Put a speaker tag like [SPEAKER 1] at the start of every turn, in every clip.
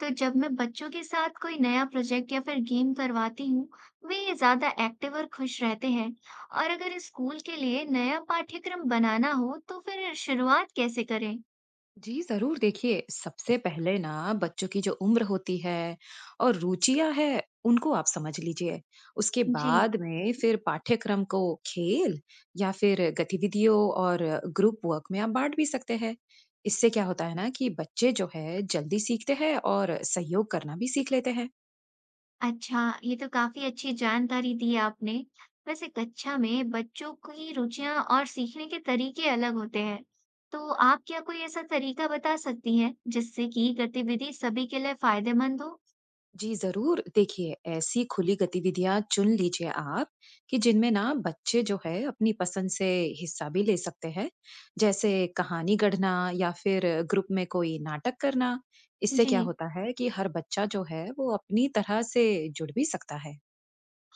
[SPEAKER 1] तो जब मैं बच्चों के साथ कोई नया प्रोजेक्ट या फिर गेम करवाती हूँ, वे ज्यादा एक्टिव और खुश रहते हैं। और अगर स्कूल के लिए नया पाठ्यक्रम बनाना हो, तो फिर शुरुआत कैसे करें?
[SPEAKER 2] जी, ज़रूर देखिए, सबसे पहले ना बच्चों की जो उम्र होती है और रुचियाँ हैं, उनको आप समझ लीजिए। उसके
[SPEAKER 1] जी,
[SPEAKER 2] बाद में फिर पाठ्यक्रम को खेल या फिर गतिविधियों और ग्रुप वर्क में आप बाँट भी सकते हैं। इससे क्या होता है ना कि बच्चे जो है जल्दी सीखते हैं और सहयोग करना भी सीख लेते हैं।
[SPEAKER 1] अच्छा, ये तो काफी अच्छी जानकारी दी आपने। वैसे कक्षा में बच्चों की रुचियां और सीखने के तरीके अलग होते हैं। तो आप क्या कोई ऐसा तरीका बता सकती हैं, जिससे कि गतिविधि सभी के लिए फायदेमंद हो?
[SPEAKER 2] जी, ज़रूर। देखिए, ऐसी खुली गतिविधियाँ चुन लीजिए आप कि जिनमें ना बच्चे जो है अपनी पसंद से हिस्सा भी ले सकते हैं, जैसे कहानी गढ़ना या फिर ग्रुप में कोई नाटक करना। इससे
[SPEAKER 1] जी
[SPEAKER 2] क्या होता है कि हर बच्चा जो है वो अपनी तरह से जुड़ भी सकता है।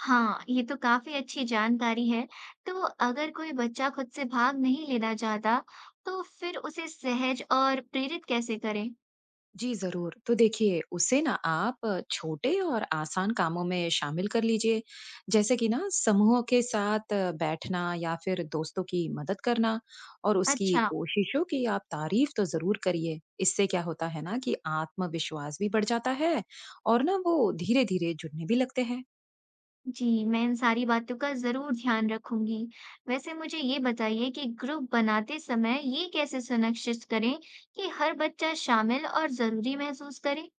[SPEAKER 1] हाँ, ये तो काफ़ी अच्छी जानकारी है। तो अगर कोई बच्चा खुद से भाग नहीं लेना चाहता, तो फिर उसे सहज और प्रेरित कैसे करें?
[SPEAKER 2] जी, ज़रूर। तो देखिए, उसे ना आप छोटे और आसान कामों में शामिल कर लीजिए, जैसे कि ना समूह के साथ बैठना या फिर दोस्तों की मदद करना और उसकी
[SPEAKER 1] अच्छा,
[SPEAKER 2] कोशिशों की आप तारीफ़ तो ज़रूर करिए। इससे क्या होता है ना कि आत्मविश्वास भी बढ़ जाता है और ना वो धीरे-धीरे जुड़ने भी लगते हैं।
[SPEAKER 1] जी, मैं इन सारी बातों का ज़रूर ध्यान रखूंगी। वैसे मुझे ये बताइए कि ग्रुप बनाते समय ये कैसे सुनिश्चित करें कि हर बच्चा शामिल और ज़रूरी महसूस करे?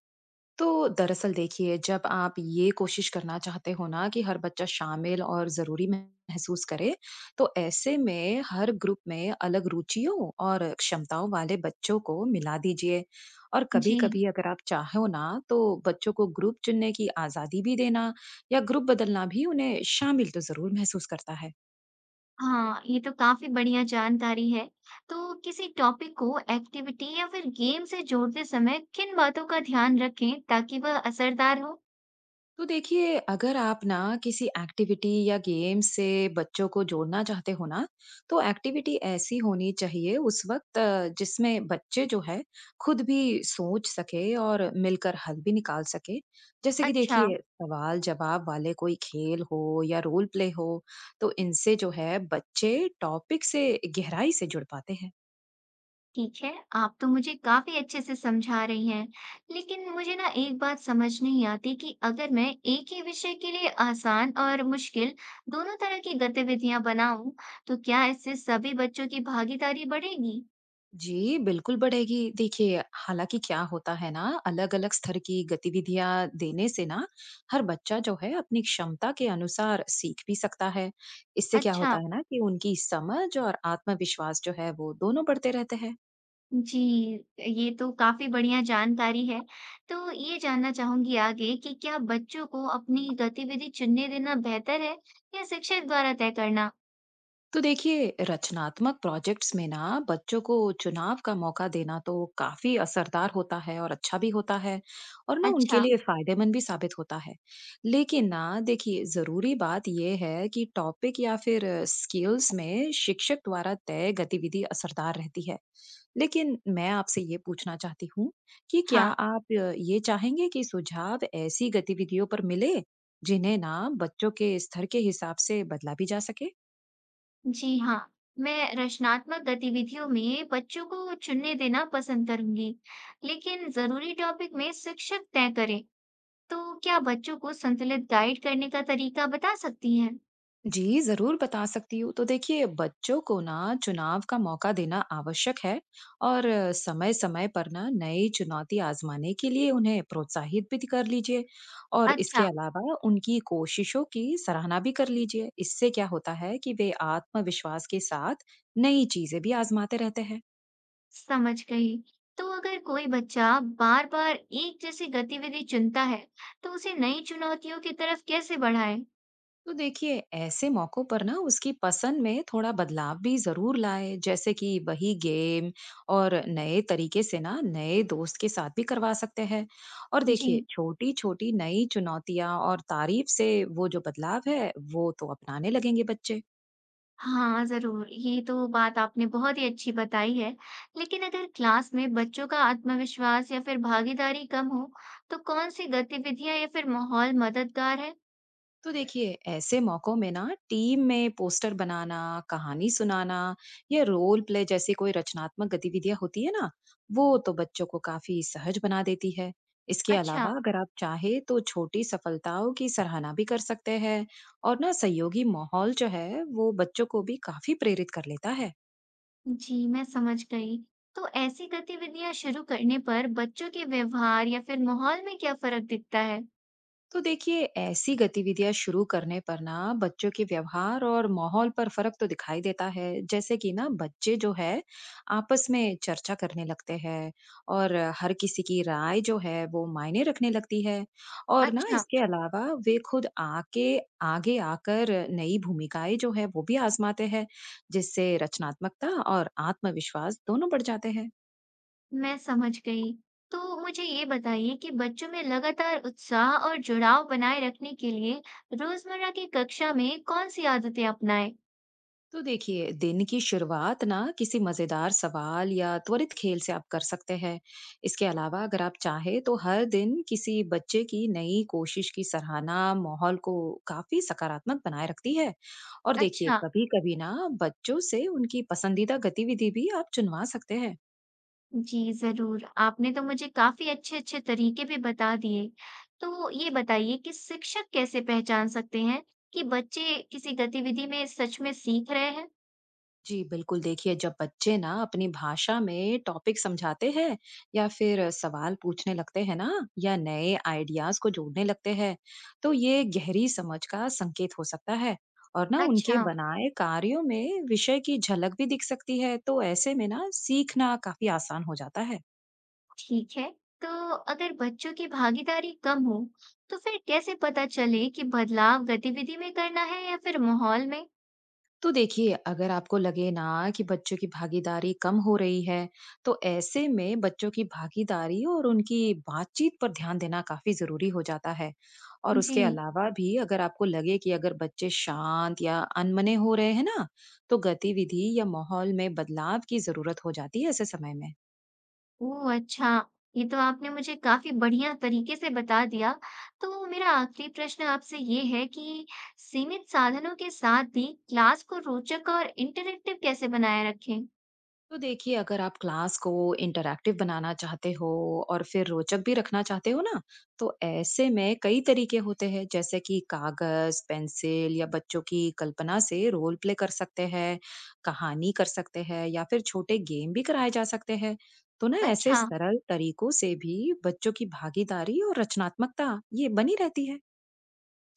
[SPEAKER 2] तो दरअसल देखिए, जब आप ये कोशिश करना चाहते हो ना कि हर बच्चा शामिल और ज़रूरी महसूस करे, तो ऐसे में हर ग्रुप में अलग रुचियों और क्षमताओं वाले बच्चों को मिला दीजिए। और
[SPEAKER 1] जी।
[SPEAKER 2] कभी-कभी अगर आप चाहो ना, तो बच्चों को ग्रुप चुनने की आज़ादी भी देना या ग्रुप बदलना भी उन्हें शामिल तो ज़रूर महसूस करता है।
[SPEAKER 1] हाँ, ये तो काफ़ी बढ़िया जानकारी है। तो किसी टॉपिक को एक्टिविटी या फिर गेम से जोड़ते समय किन बातों का ध्यान रखें ताकि वह असरदार हो?
[SPEAKER 2] तो देखिए, अगर आप ना किसी एक्टिविटी या गेम से बच्चों को जोड़ना चाहते हो ना, तो एक्टिविटी ऐसी होनी चाहिए उस वक़्त जिसमें बच्चे जो है खुद भी सोच सके और मिलकर हल भी निकाल सके। जैसे कि
[SPEAKER 1] अच्छा,
[SPEAKER 2] देखिए, सवाल-जवाब वाले कोई खेल हो या रोल प्ले हो, तो इनसे जो है बच्चे टॉपिक से गहराई से जुड़ पाते हैं।
[SPEAKER 1] ठीक है, आप तो मुझे काफ़ी अच्छे से समझा रही हैं। लेकिन मुझे ना एक बात समझ नहीं आती कि अगर मैं एक ही विषय के लिए आसान और मुश्किल दोनों तरह की गतिविधियां बनाऊं, तो क्या इससे सभी बच्चों की भागीदारी बढ़ेगी?
[SPEAKER 2] जी, बिल्कुल बढ़ेगी। देखिए, हालाँकि क्या होता है ना, अलग-अलग स्तर की गतिविधियाँ देने से ना, हर बच्चा जो है अपनी क्षमता के अनुसार सीख भी सकता है। इससे क्या
[SPEAKER 1] अच्छा।
[SPEAKER 2] होता है ना कि उनकी समझ और आत्मविश्वास जो है वो दोनों बढ़ते रहते हैं।
[SPEAKER 1] जी, ये तो काफ़ी बढ़िया जानकारी है। तो ये जानना चाहूँगी आगे कि क्या बच्चों को अपनी गतिविधि चुनने देना बेहतर है या शिक्षक द्वारा तय करना?
[SPEAKER 2] तो देखिए, रचनात्मक प्रोजेक्ट्स में ना बच्चों को चुनाव का मौका देना तो काफी असरदार होता है और अच्छा भी होता है और ना उनके
[SPEAKER 1] अच्छा,
[SPEAKER 2] लिए फायदेमंद भी साबित होता है। लेकिन ना देखिए, जरूरी बात यह है कि टॉपिक या फिर स्किल्स में शिक्षक द्वारा तय गतिविधि असरदार रहती है। लेकिन मैं आपसे ये पूछना चाहती हूँ कि क्या
[SPEAKER 1] हाँ।
[SPEAKER 2] आप ये चाहेंगे कि सुझाव ऐसी गतिविधियों पर मिले जिन्हें ना बच्चों के स्तर के हिसाब से बदला भी जा सके।
[SPEAKER 1] जी हाँ, मैं रचनात्मक गतिविधियों में बच्चों को चुनने देना पसंद करूँगी, लेकिन ज़रूरी टॉपिक में शिक्षक तय करें, तो क्या बच्चों को संतुलित गाइड करने का तरीका बता सकती हैं?
[SPEAKER 2] जी, ज़रूर बता सकती हूँ। तो देखिए, बच्चों को ना चुनाव का मौका देना आवश्यक है और समय-समय पर ना नई चुनौती आज़माने के लिए उन्हें प्रोत्साहित भी कर लीजिए और इसके
[SPEAKER 1] अच्छा।
[SPEAKER 2] अलावा उनकी कोशिशों की सराहना भी कर लीजिए। इससे क्या होता है कि वे आत्मविश्वास के साथ नई चीज़ें भी आज़माते रहते हैं।
[SPEAKER 1] समझ गई। तो अगर कोई बच्चा बार बार एक जैसी गतिविधि चुनता है, तो उसे नई चुनौतियों की तरफ कैसे बढ़ाए?
[SPEAKER 2] तो देखिए, ऐसे मौकों पर ना उसकी पसंद में थोड़ा बदलाव भी जरूर लाए, जैसे कि वही गेम और नए तरीके से ना नए दोस्त के साथ भी करवा सकते हैं। और
[SPEAKER 1] जी
[SPEAKER 2] देखिए, छोटी छोटी नई चुनौतियां और तारीफ से वो जो बदलाव है वो तो अपनाने लगेंगे बच्चे।
[SPEAKER 1] हाँ, जरूर, ये तो बात आपने बहुत ही अच्छी बताई है। लेकिन अगर क्लास में बच्चों का आत्मविश्वास या फिर भागीदारी कम हो, तो कौन सी गतिविधियां या फिर माहौल मददगार है?
[SPEAKER 2] तो देखिए, ऐसे मौकों में ना टीम में पोस्टर बनाना, कहानी सुनाना या रोल प्ले जैसी कोई रचनात्मक गतिविधियां होती है ना, वो तो बच्चों को काफी सहज बना देती है। इसके
[SPEAKER 1] अच्छा।
[SPEAKER 2] अलावा अगर आप चाहे तो छोटी सफलताओं की सराहना भी कर सकते हैं और ना सहयोगी माहौल जो है वो बच्चों को भी काफी प्रेरित कर लेता है।
[SPEAKER 1] जी, मैं समझ गई। तो ऐसी गतिविधियां शुरू करने पर बच्चों के व्यवहार या फिर माहौल में क्या फर्क दिखता है?
[SPEAKER 2] तो देखिए, ऐसी गतिविधियां शुरू करने पर ना बच्चों के व्यवहार और माहौल पर फर्क तो दिखाई देता है। जैसे कि ना बच्चे जो है आपस में चर्चा करने लगते हैं और हर किसी की राय जो है वो मायने रखने लगती है। और ना
[SPEAKER 1] अच्छा।
[SPEAKER 2] इसके अलावा वे खुद आके आगे आकर नई भूमिकाएं जो है वो भी आजमाते हैं, जिससे रचनात्मकता और आत्मविश्वास दोनों बढ़ जाते हैं।
[SPEAKER 1] मैं समझ गई। तो मुझे ये बताइए कि बच्चों में लगातार उत्साह और जुड़ाव बनाए रखने के लिए रोजमर्रा की कक्षा में कौन सी आदतें अपनाएं?
[SPEAKER 2] तो देखिए, दिन की शुरुआत ना किसी मजेदार सवाल या त्वरित खेल से आप कर सकते हैं। इसके अलावा अगर आप चाहे तो हर दिन किसी बच्चे की नई कोशिश की सराहना माहौल को काफी सकारात्मक बनाए रखती है। और देखिए,
[SPEAKER 1] अच्छा,
[SPEAKER 2] कभी-कभी ना बच्चों से उनकी पसंदीदा गतिविधि भी आप चुनवा सकते हैं।
[SPEAKER 1] जी जरूर। आपने तो मुझे काफी अच्छे-अच्छे तरीके भी बता दिए। तो ये बताइए कि शिक्षक कैसे पहचान सकते हैं कि बच्चे किसी गतिविधि में सच में सीख रहे हैं?
[SPEAKER 2] जी, बिल्कुल। देखिए, जब बच्चे ना अपनी भाषा में टॉपिक समझाते हैं या फिर सवाल पूछने लगते हैं ना, या नए आइडियाज को जोड़ने लगते हैं, तो ये गहरी समझ का संकेत हो सकता है। और ना उनके
[SPEAKER 1] अच्छा।
[SPEAKER 2] बनाए कार्यों में विषय की झलक भी दिख सकती है, तो ऐसे में ना सीखना काफी आसान हो जाता है।
[SPEAKER 1] ठीक है। तो अगर बच्चों की भागीदारी कम हो, तो फिर कैसे पता चले कि बदलाव गतिविधि में करना है या फिर माहौल में?
[SPEAKER 2] तो देखिए, अगर आपको लगे ना कि बच्चों की भागीदारी कम हो रही है, तो ऐसे में बच्चों की भागीदारी और उनकी बातचीत पर ध्यान देना काफ़ी ज़रूरी हो जाता है। और
[SPEAKER 1] जी।
[SPEAKER 2] उसके अलावा भी अगर आपको लगे कि अगर बच्चे शांत या अनमने हो रहे हैं ना, तो गतिविधि या माहौल में बदलाव की ज़रूरत हो जाती है ऐसे समय में।
[SPEAKER 1] ओह, अच्छा, ये तो आपने मुझे काफी बढ़िया तरीके से बता दिया। तो मेरा आखिरी प्रश्न आपसे ये है कि सीमित साधनों के साथ भी क्लास को रोचक और इंटरेक्टिव कैसे बनाए रखें?
[SPEAKER 2] तो देखिए, अगर आप क्लास को इंटरैक्टिव बनाना चाहते हो और फिर रोचक भी रखना चाहते हो ना, तो ऐसे में कई तरीके होते हैं, जैसे कि कागज, पेंसिल या बच्चों की कल्पना से रोल प्ले कर सकते हैं, कहानी कर सकते हैं या फिर छोटे गेम भी कराए जा सकते हैं। तो ना ऐसे
[SPEAKER 1] अच्छा।
[SPEAKER 2] सरल तरीकों से भी बच्चों की भागीदारी और रचनात्मकता ये बनी रहती है।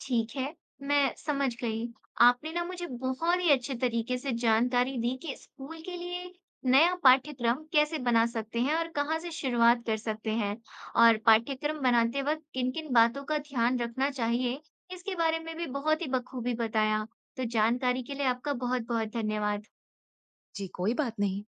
[SPEAKER 1] ठीक है, मैं समझ गई। आपने ना मुझे बहुत ही अच्छे तरीके से जानकारी दी कि स्कूल के लिए नया पाठ्यक्रम कैसे बना सकते हैं और कहाँ से शुरुआत कर सकते हैं और पाठ्यक्रम बनाते वक़्त किन-किन बातों का ध्यान रखना चाहिए, इसके बारे में भी बहुत ही बखूबी बताया। तो जानकारी के लिए आपका बहुत-बहुत धन्यवाद।
[SPEAKER 2] जी, कोई बात नहीं।